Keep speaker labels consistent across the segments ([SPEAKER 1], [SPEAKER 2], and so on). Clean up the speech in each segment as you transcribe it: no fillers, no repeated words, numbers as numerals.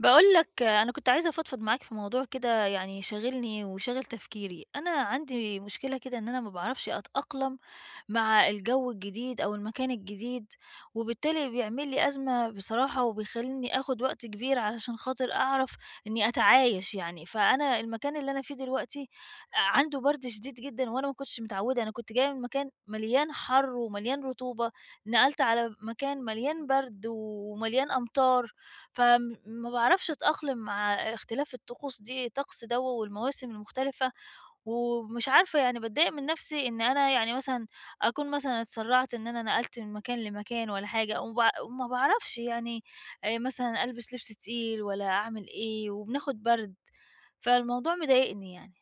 [SPEAKER 1] باقول لك أنا كنت عايزة أفضفض معاك في موضوع كده يعني شاغلني وشاغل تفكيري، أنا عندي مشكلة كده إن أنا ما باعرفش أتأقلم مع الجو الجديد أو المكان الجديد، وبالتالي بيعمل لي أزمة بصراحة وبيخلّيني آخُد وقت كبير علشان خاطر أعرف إني أتعايش يعني، فأنا المكان اللي أنا فيه دلوقتي عنده برد شديد جدًا وأنا ما كنتش متعودة، أنا كنت جاية من مكان مليان حَر ومليان رطوبة، نقلت على مكان مليان برد ومليان أمطار، ما باعرفش أتأقلم مع اختلاف الطقوس دي طقس دَوَّة والمواسم المختلفة، ومش عارفة يعني باتضايق من نَفْسي إن أنا يعني مثلًا أكون مثلًا اتسرّعت إن أنا نقلت من مكان لمكان والّا حاجة وما باعرفش يعني مثلًا ألبس لبس تقيل والّا أعمل إيه وبناخد برد، فالموضوع مضايقني يعني.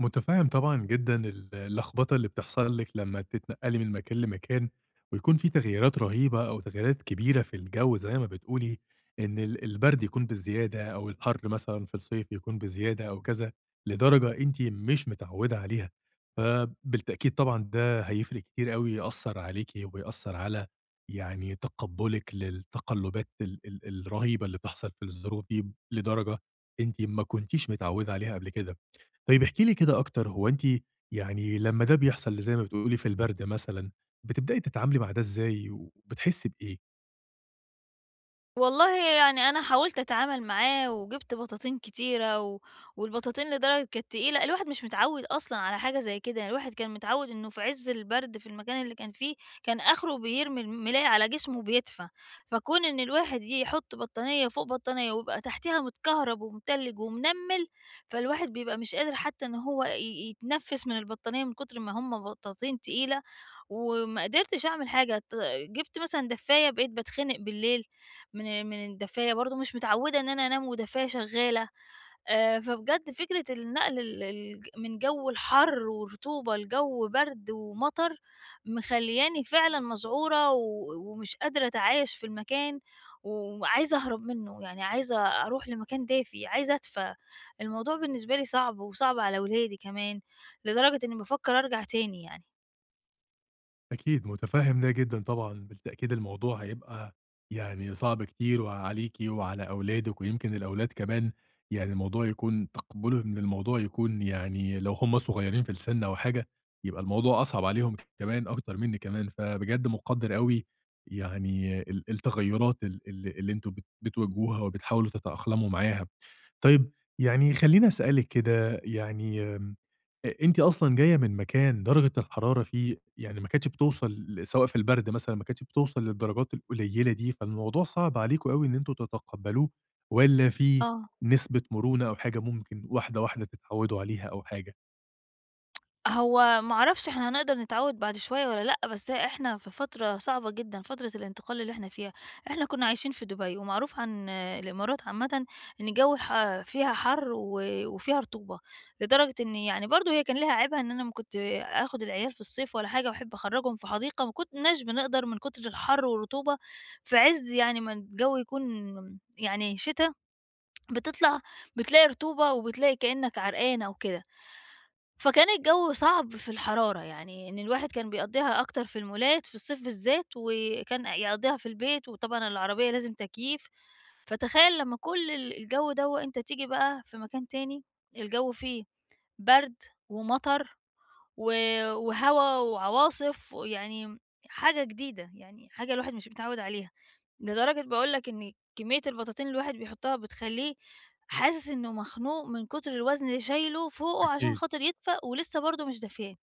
[SPEAKER 2] متفهم طبعًا جدًا اللخبطة اللي بتحصل لِك لمّا تتنقلي من مكان لمكان، ويكون في تغييرات رهيبة أو تغييرات كبيرة في الجو زي ما بتقولي، إن البرد يكون بزيادة أو الحر مثلًا في الصيف يكون بزيادة أو كذا، لدرجة أنتِ مش متعودة عليها، فبالتأكيد طبعًا ده هيفرق كتير أوي، يأثر عليكِ ويأثر على يعني تقبلِك للتقلبات ال ال الرهيبة اللي بتحصل في الظروف دي لدرجة أنتِ ما كنتيش متعودة عليها قبل كده. طيب احكي لي كده أكتر، هو أنتِ يعني لمّا ده بيحصل زي ما بتقولي في البرد مثلًا، بتبدئي تتعاملي مع ده إزاي وبتحسّي بإيه؟
[SPEAKER 1] والله يعني أنا حاولت أتعامل معاه، وجِبت بطاطين كتيرة، والبطاطين لدرجة كانت تقيلة، الواحد مش متعوّد أصلًا على حاجة زي كده، يعني الواحد كان متعوّد إنه في عِز البرد في المكان اللي كان فيه، كان آخره بيرمي الملاية على جسمه وبيدفى، فكون إن الواحد يحط بطانية فوق بطانية، ويبقى تحتيها متكهرب ومتلج ومنمّل، فالواحد بيبقى مش قادر حتى إن هو يتنفّس من البطانية من كتر ما هم بطاطين تقيلة، وما قدرتش أعمل حاجة ت جِبت مثلًا دفّاية بقيت باتخنق بالليل، من الدفاية برضه، مش متعوّدة إن أنا أنام ودفاية شغّالة، فبجد فكرة النقل ال ال من جو الحَر ورطوبة لجو برد ومطر، مخلّياني فعلًا مذعورة ومش قادرة أتعايش في المكان، وعايزة أهرب منّه، يعني عايزة أروح لمكان دافي، عايزة أدفى، الموضوع بالنسبة لي صعب وصعب على ولادي كمان، لدرجة إنّي بافكّر أرجع تاني يعني.
[SPEAKER 2] أكيد، مُتفهِّم ده جدًا طبعًا، بالتأكيد الموضوع هيبقى يعني صعب كتير وعليكِ وعلى أولادِك، ويمكن الأولاد كمان يعني الموضوع يكون تقبُّلهم للموضوع يكون يعني لو هُم صغيّرين في السِن أو حاجة، يبقى الموضوع أصعب عليهم كمان أكتر منِّك كمان، فبجد مُقدّر أوي يعني التغيُّرات ال ال اللي أنتم بتواجهوها وبتحاولوا تتأقلموا معاها. طيب يعني خلّيني أسألِك كده يعني أنتِ أصلًا جاية من مكان درجة الحرارة فيه يعني ما كانتش بتوصل سواء في البرد مثلًا ما كانتش بتوصل للدرجات القليلة دي، فالموضوع صعب عليكم أوي إن أنتم تتقبّلوه، والّا في
[SPEAKER 1] آه.
[SPEAKER 2] نسبة مرونة أو حاجة ممكن واحدة، واحدة تتعوّدوا عليها أو حاجة؟
[SPEAKER 1] هو ما اعرفش إحنا هنقدر نتعوّد بعد شوية والّا لأ، بس إحنا في فترة صعبة جدًا، فترة الانتقال اللي إحنا فيها. إحنا كنا عايشين في دبي، ومعروف عن آه، الإمارات عامةً إن الجو الح فيها حَر وفيها رطوبة، لدرجة إن يعني برضه هي كان ليها عيبها إن أنا ما كنت آخُد العيال في الصيف ولا حاجة وأحب أخرّجهم في حديقة، ما كناش بنقدر من كتر الحَر والرطوبة في عِز يعني ما الجو يكون يعني شتا بتطلع بتلاقي رطوبة وبتلاقي كأنك عرقان أو كده. فكان الجو صعب في الحرارة، يعني إن الواحد كان بيقضّيها أكتر في المولات في الصيف بالذات وكان يقضّيها في البيت وطبعًا العربية لازم تكييف، فتخيل لمّا كل الجو دوّة أنت تيجي بقى في مكان تاني الجو فيه برد ومطر و وهوا وعواصف ويعني حاجة جديدة، يعني حاجة الواحد مش متعوّد عليها، لدرجة باقول لك إن كمية البطاطين اللي الواحد بيحطها بتخلّيه حاسس إنه مخنوق من كتر الوزن اللي شايله فوقه عشان
[SPEAKER 2] أكيد،
[SPEAKER 1] خاطر يدفى ولسه برضه مش دافياه.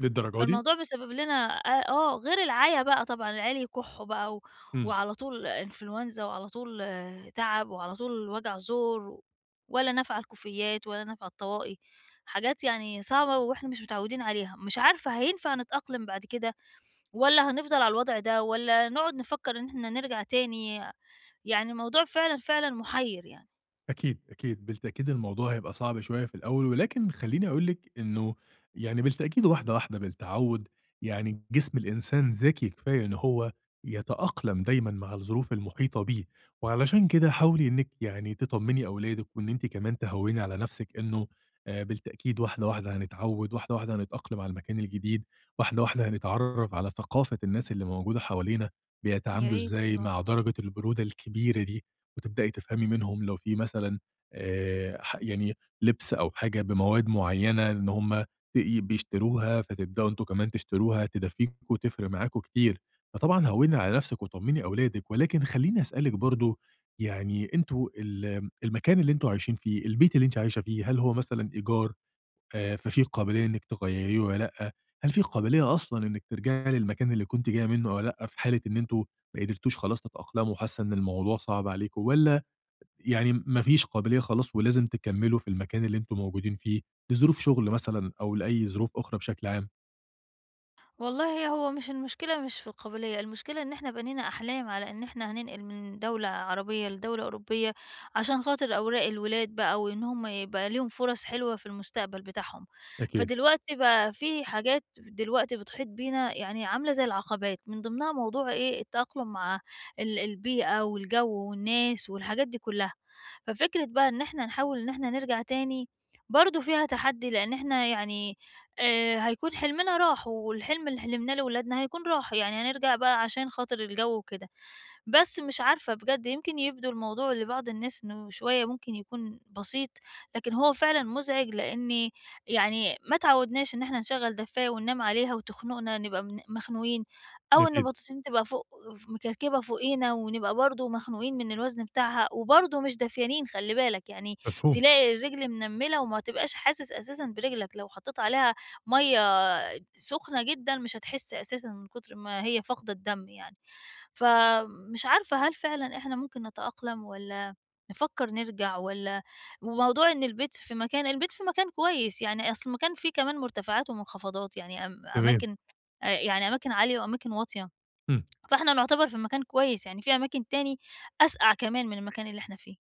[SPEAKER 2] للدرجة دي!
[SPEAKER 1] فالموضوع بيسبب لنا غير العَيا بقى طبعًا، العيال يكُحّوا بقى و
[SPEAKER 2] إمم.
[SPEAKER 1] وعلى طول إنفلونزا وعلى طول آه، تعب وعلى طول وجع زور، ولا نافعة الكوفيات ولا نافعة الطواقي، حاجات يعني صعبة وإحنا مش متعودين عليها، مش عارفة هينفع نتأقلم بعد كده والّا هنفضل على الوضع ده والّا نقعد نفكّر إن إحنا نرجع تاني، يعني الموضوع فعلًا، فعلًا مُحيّر يعني.
[SPEAKER 2] أكيد، أكيد، بالتأكيد الموضوع هيبقى صعب شوية في الأول، ولكن خلّيني أقول لِك إنه يعني بالتأكيد واحدة، واحدة، بالتعوّد، يعني جسم الإنسان ذكي كفاية إن هو يتأقلم دايمًا مع الظروف المحيطة بيه، وعلشان كده حاولي إنِّك يعني تطمّني أولادِك وإن أنتِ كمان تهوّني على نَفْسِك إنه بالتأكيد واحدة، واحدة هنتعوّد، واحدة، واحدة هنتأقلم على المكان الجديد، واحدة، واحدة هنتعرّف على ثقافة الناس اللي موجودة حوالينا،
[SPEAKER 1] يا
[SPEAKER 2] بيتعاملوا
[SPEAKER 1] ريت
[SPEAKER 2] إزاي
[SPEAKER 1] والله.
[SPEAKER 2] مع درجة البرودة الكبيرة دي. وتبدئي تفهمي منهم لو في مثلًا ح يعني لبس أو حاجة بمواد معيّنة إن هم بيشتروها، فتبدؤوا أنتم كمان تشتروها تدفّيكم وتفرق معاكم كتير. فطبعًا هوّني على نفسِك وطمّني أولادِك، ولكن خلّيني أسألِك برضه يعني أنتم المكان اللي أنتم عايشين فيه، البيت اللي أنتِ عايشة فيه، هل هو مثلًا إيجار ففي قابلية إنِّك تغيّريه والّا لأ؟ هل في قابلية أصلًا إنِّك ترجعي للمكان اللي كنتِ جاية منه والّا لأ، في حالة إن أنتم ما قدرتوش خلاص تتأقلموا وحاسة إن الموضوع صعب عليكم والّا يعني ما فيش قابلية خلاص ولازم تكمّلوا في المكان اللي أنتم موجودين فيه، لظروف شغل مثلًا أو لأي ظروف أخرى بشكل عام.
[SPEAKER 1] والله هو مش المشكلة مش في القابلية، المشكلة إن إحنا بنينا أحلام على إن إحنا هننقل من دولة عربية لدولة أوروبية، عشان خاطر أوراق الولاد بقى وإن هم يبقى ليهم فرص حلوة في المستقبل بتاعهم،
[SPEAKER 2] أكيد،
[SPEAKER 1] فدلوقتي بقى في حاجات دلوقتي بتحيط بينا يعني عاملة زي العقبات، من ضمنها موضوع إيه التأقلم مع البيئة والجو والناس والحاجات دي كلها، ففكرة بقى إن إحنا نحاول إن إحنا نرجع تاني برضه فيها تحدي لإن إحنا يعني هيكون حلمنا راح، والحلم اللي حلمناه لولادنا هيكون راح، يعني هنرجع بقى عشان خاطر الجو وكده. بس مش عارفة بجد يمكن يبدو الموضوع لبعض الناس إنه شوية ممكن يكون بسيط، لكن هو فعلًا مُزعِج لإن يعني ما اتعوّدناش إن إحنا نشغّل دفّاية وننام عليها وتخنقنا نبقى من مخنوقين، أو إن
[SPEAKER 2] أكيد،
[SPEAKER 1] بطاطين تبقى فوق مكركبة فوقينا ونبقى برضه مخنوقين من الوزن بتاعها، وبرضه مش دافيانين خلّي بالك، يعني
[SPEAKER 2] مفهوم،
[SPEAKER 1] تلاقي الرِجل منمّلة وما تبقاش حاسس أساسًا برِجلك، لو حطّيت عليها مَيّة سُخنة جدًا مش هتحس أساسًا من كتر ما هي فاقدة الدَّم يعني. فمش عارفة هل فعلًا إحنا ممكن نتأقلم والّا نفكّر نرجع والّا وموضوع إن البيت في مكان البيت في مكان كويس، يعني أصل المكان فيه كمان مرتفعات ومنخفضات، يعني أم
[SPEAKER 2] تمام،
[SPEAKER 1] أماكن آآ يعني أماكن عالية وأماكن واطية،
[SPEAKER 2] إمم،
[SPEAKER 1] فإحنا نعتبر في مكان كويس، يعني في أماكن تاني أسقع كمان من المكان اللي إحنا فيه.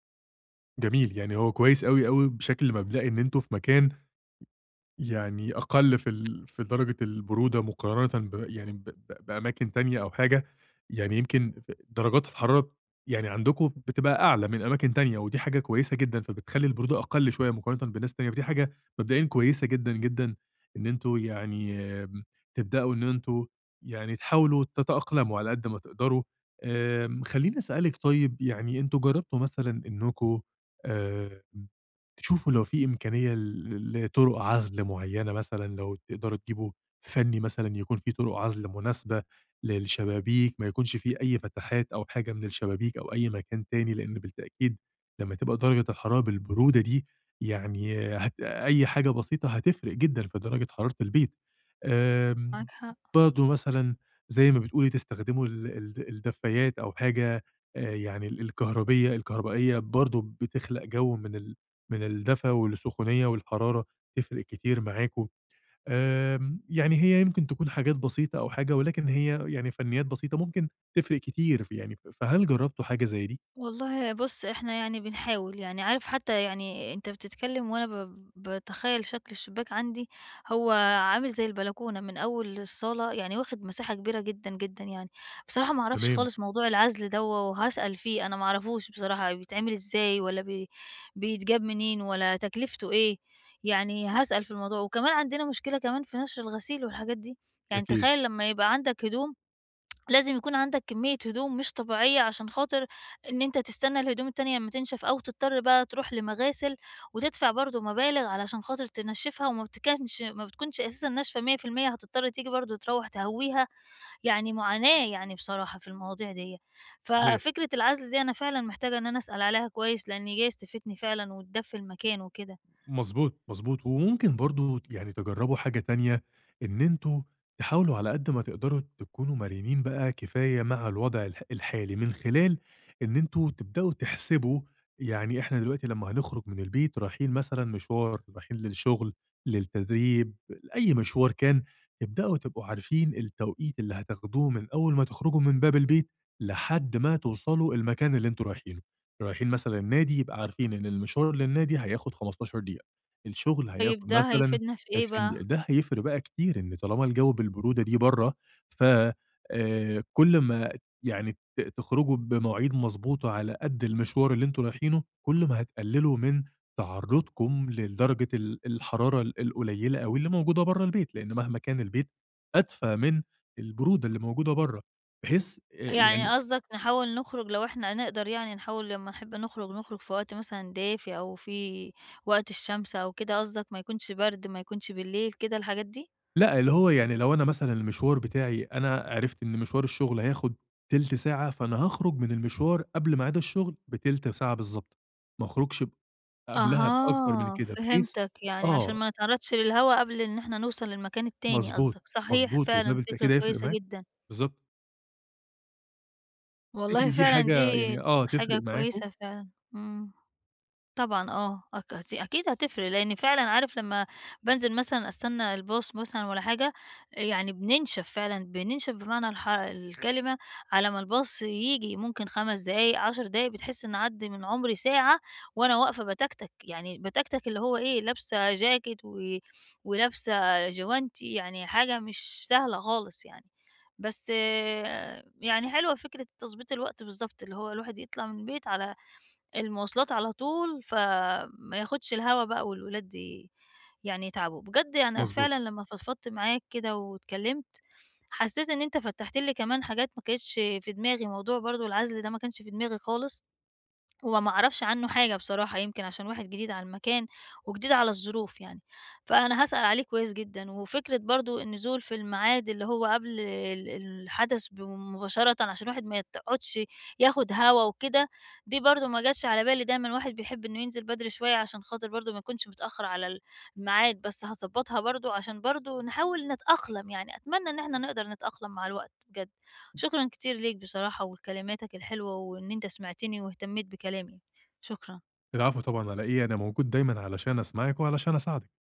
[SPEAKER 2] جميل، يعني هو كويس أوي، أوي بشكل مبدئي إن أنتم في مكان يعني أقل في في درجة البرودة مقارنةً يعني ب ب بأماكن تانية أو حاجة، يعني يمكن درجات الحرارة يعني عندكم بتبقى أعلى من أماكن تانية، ودي حاجة كويسة جدًا، فبتخلّي البرودة أقل شوية مقارنةً بناس تانية، فدي حاجة مبدئيًا كويسة جدًا، جدًا إن أنتم يعني تبدأوا إن أنتم يعني تحاولوا تتأقلموا على قد ما تقدروا. خلّيني أسألِك طيب يعني أنتم جرّبتوا مثلًا إنكم آمم تشوفوا لو في إمكانية لطرق عزل معيّنة مثلًا، لو تقدروا تجيبوا فني مثلًا يكون في طرق عزل مناسبة للشبابيك، ما يكونش في أي فتحات أو حاجة من الشبابيك أو أي مكان تاني، لإن بالتأكيد لمّا تبقى درجة الحرارة بالبرودة دي، يعني أي حاجة بسيطة هتفرق جدًا في درجة حرارة البيت. آمم،
[SPEAKER 1] معاك حق.
[SPEAKER 2] برضه مثلًا زي ما بتقولي تستخدموا ال ال الدفايات أو حاجة يعني ال الكهربية الكهربائية برضه بتخلق جو من من الدفا والسخونية والحرارة تفرق كتير معاكم. يعني هي يمكن تكون حاجات بسيطة أو حاجة، ولكن هي يعني فنيات بسيطة ممكن تفرق كتير يعني، فهل جرّبتوا حاجة زي دي؟
[SPEAKER 1] والله بُص، إحنا يعني بنحاول، يعني عارف حتى يعني أنت بتتكلّم وأنا باتخيّل شكل الشباك عندي هو عامل زي البلكونة من أول الصالة، يعني واخِد مساحة كبيرة جدًا، جدًا يعني. بصراحة ما أعرفش
[SPEAKER 2] تمام،
[SPEAKER 1] خالص موضوع العزل دوّة وهاسأل فيه، أنا ما أعرفوش بصراحة بيتعمل إزاي ولا بي بيتجاب منين ولا تكلفته إيه، يعني هاسأل في الموضوع. وكمان عندنا مشكلة كمان في نَشْر الغسيل والحاجات دي، يعني
[SPEAKER 2] أكيد.
[SPEAKER 1] تخيّل لمّا يبقى عندك هدوم لازم يكون عندك كمية هدوم مش طبيعية عشان خاطر إن أنت تستنى الهدوم التانية أمّا تنشف، أو تضطر بقى تروح لمغاسل وتدفع برضه مبالغ علشان خاطر تنشفها، وما بتكنش ما بتكونش أساسًا ناشفة 100% هتضطر تيجي برضه تروّح تهويها، يعني معاناة يعني بصراحة في المواضيع ديّة. ففكرة العزل دي أنا فعلًا محتاجة إن أنا أسأل عليها كويس، لإن جايز تفيدني فعلًا وتدفي المكان وكده.
[SPEAKER 2] مضبوط، مضبوط، وممكن برضه يعني تجرّبوا حاجة تانية، إن أنتم تحاولوا على قد ما تقدروا تكونوا مرنين بقى كفاية مع الوضع الحالي، من خلال إن أنتم تبدأوا تحسبوا يعني إحنا دلوقتي لمّا هنخرج من البيت رايحين مثلًا مشوار، رايحين للشغل، للتدريب، لأي مشوار كان، تبدأوا تبقوا عارفين التوقيت اللي هتاخدوه من أول ما تخرجوا من باب البيت لحد ما توصلوا المكان اللي أنتم رايحينه. رايحين مثلًا النادي يبقى عارفين إن المشوار للنادي هياخد 15 دقيقة، الشغل
[SPEAKER 1] طيب
[SPEAKER 2] هياخد
[SPEAKER 1] ده
[SPEAKER 2] مثلًا
[SPEAKER 1] هيفيدنا في إيه
[SPEAKER 2] 20
[SPEAKER 1] بقى؟
[SPEAKER 2] دقيقة، ده هيفرق بقى كتير إن طالما الجو بالبرودة دي برّه، ف كل ما يعني تخرجوا بمواعيد مضبوطة على قد المشوار اللي أنتم رايحينه، كل ما هتقللوا من تعرضكم لدرجة الحرارة القليلة أوي اللي موجودة برّه البيت، لأن مهما كان البيت أدفى من البرودة اللي موجودة برّه، بحيث يعني
[SPEAKER 1] يعني قصدك نحاول نخرج لو إحنا نقدر يعني نحاول لمّا نحب نخرج، نخرج في وقت مثلًا دافي أو في وقت الشمس أو كده قصدك ما يكونش برد، ما يكونش بالليل كده الحاجات دي؟
[SPEAKER 2] لأ، اللي هو يعني لو أنا مثلًا المشوار بتاعي أنا عرفت إن مشوار الشغل هياخد تِلت ساعة، فأنا هاخرج من المشوار قبل ميعاد الشغل بتِلت ساعة بالضبط، ما اخرجش قبلها بأكتر من
[SPEAKER 1] أها،
[SPEAKER 2] كده، بحيث
[SPEAKER 1] فهمتك، يعني عشان
[SPEAKER 2] آه،
[SPEAKER 1] ما نتعرضش للهوا قبل إن إحنا نوصل للمكان التاني
[SPEAKER 2] مضبوط،
[SPEAKER 1] قصدك، صحيح
[SPEAKER 2] مضبوط، وده
[SPEAKER 1] فعلًا فكرة
[SPEAKER 2] بالتأكيد هيفرق
[SPEAKER 1] كويسة
[SPEAKER 2] معاك،
[SPEAKER 1] جدًا،
[SPEAKER 2] بالضبط،
[SPEAKER 1] والله
[SPEAKER 2] تفتكري دي
[SPEAKER 1] فعلًا
[SPEAKER 2] حاجة
[SPEAKER 1] دي
[SPEAKER 2] يعني
[SPEAKER 1] حاجة
[SPEAKER 2] تفرق معاكم؟
[SPEAKER 1] كويسة فعلًا، إمم. طبعًا آه، دي أكيد هتفرق، لإن فعلًا عارف لمّا بانزل مثلًا أستنى الباص مثلًا والّا حاجة، يعني بننشف فعلًا، بننشف بمعنى الكلمة على ما الباص ييجي، ممكن 5 دقايق، 10 دقايق، بتحس إن عدّي من عمري ساعة وأنا واقفة باتكتك، يعني باتكتك اللي هو إيه، لابسة جاكيت ولابسة جوانتي، يعني حاجة مش سهلة خالص يعني. بس آه، يعني حلوة فكرة تضبيط الوقت بالضبط، اللي هو الواحد يطلع من البيت على المواصلات على طول، فما ياخدش الهوا بقى والولاد ي يعني يتعبوا. بجد يعني
[SPEAKER 2] مضبوط،
[SPEAKER 1] فعلًا لمّا فضفضت معاك كده واتكلّمت، حسّيت إن أنت فتّحت لي كمان حاجات ما كانتش في دماغي، موضوع برضه العزل ده ما كانش في دماغي خالص. هو ما أعرفش عنّه حاجة بصراحة، يمكن عشان واحد جديد على المكان، وجديد على الظروف يعني، فأنا هاسأل عليه كويس جدًا، وفكرة برضه النزول في الميعاد اللي هو قبل ال الحدث ب مباشرةً عشان الواحد ما يقعدش ياخد هوا وكده، دي برضه ما جاتش على بالي، دايمًا الواحد بيحب إنه ينزل بدري شوية عشان خاطر برضه ما يكونش متأخر على ال الميعاد، بس هاضبطها برضه عشان برضه نحاول نتأقلم يعني، أتمنى إن إحنا نقدر نتأقلم مع الوقت بجد. شكرًا كتير ليك بصراحة ولكلماتك الحلوة وإن أنت سمعتني واهتميت بكلامي، شكرًا.
[SPEAKER 2] العفو طبعًا على إيه، أنا موجود دايمًا علشان أسمعِك وعلشان أساعدِك.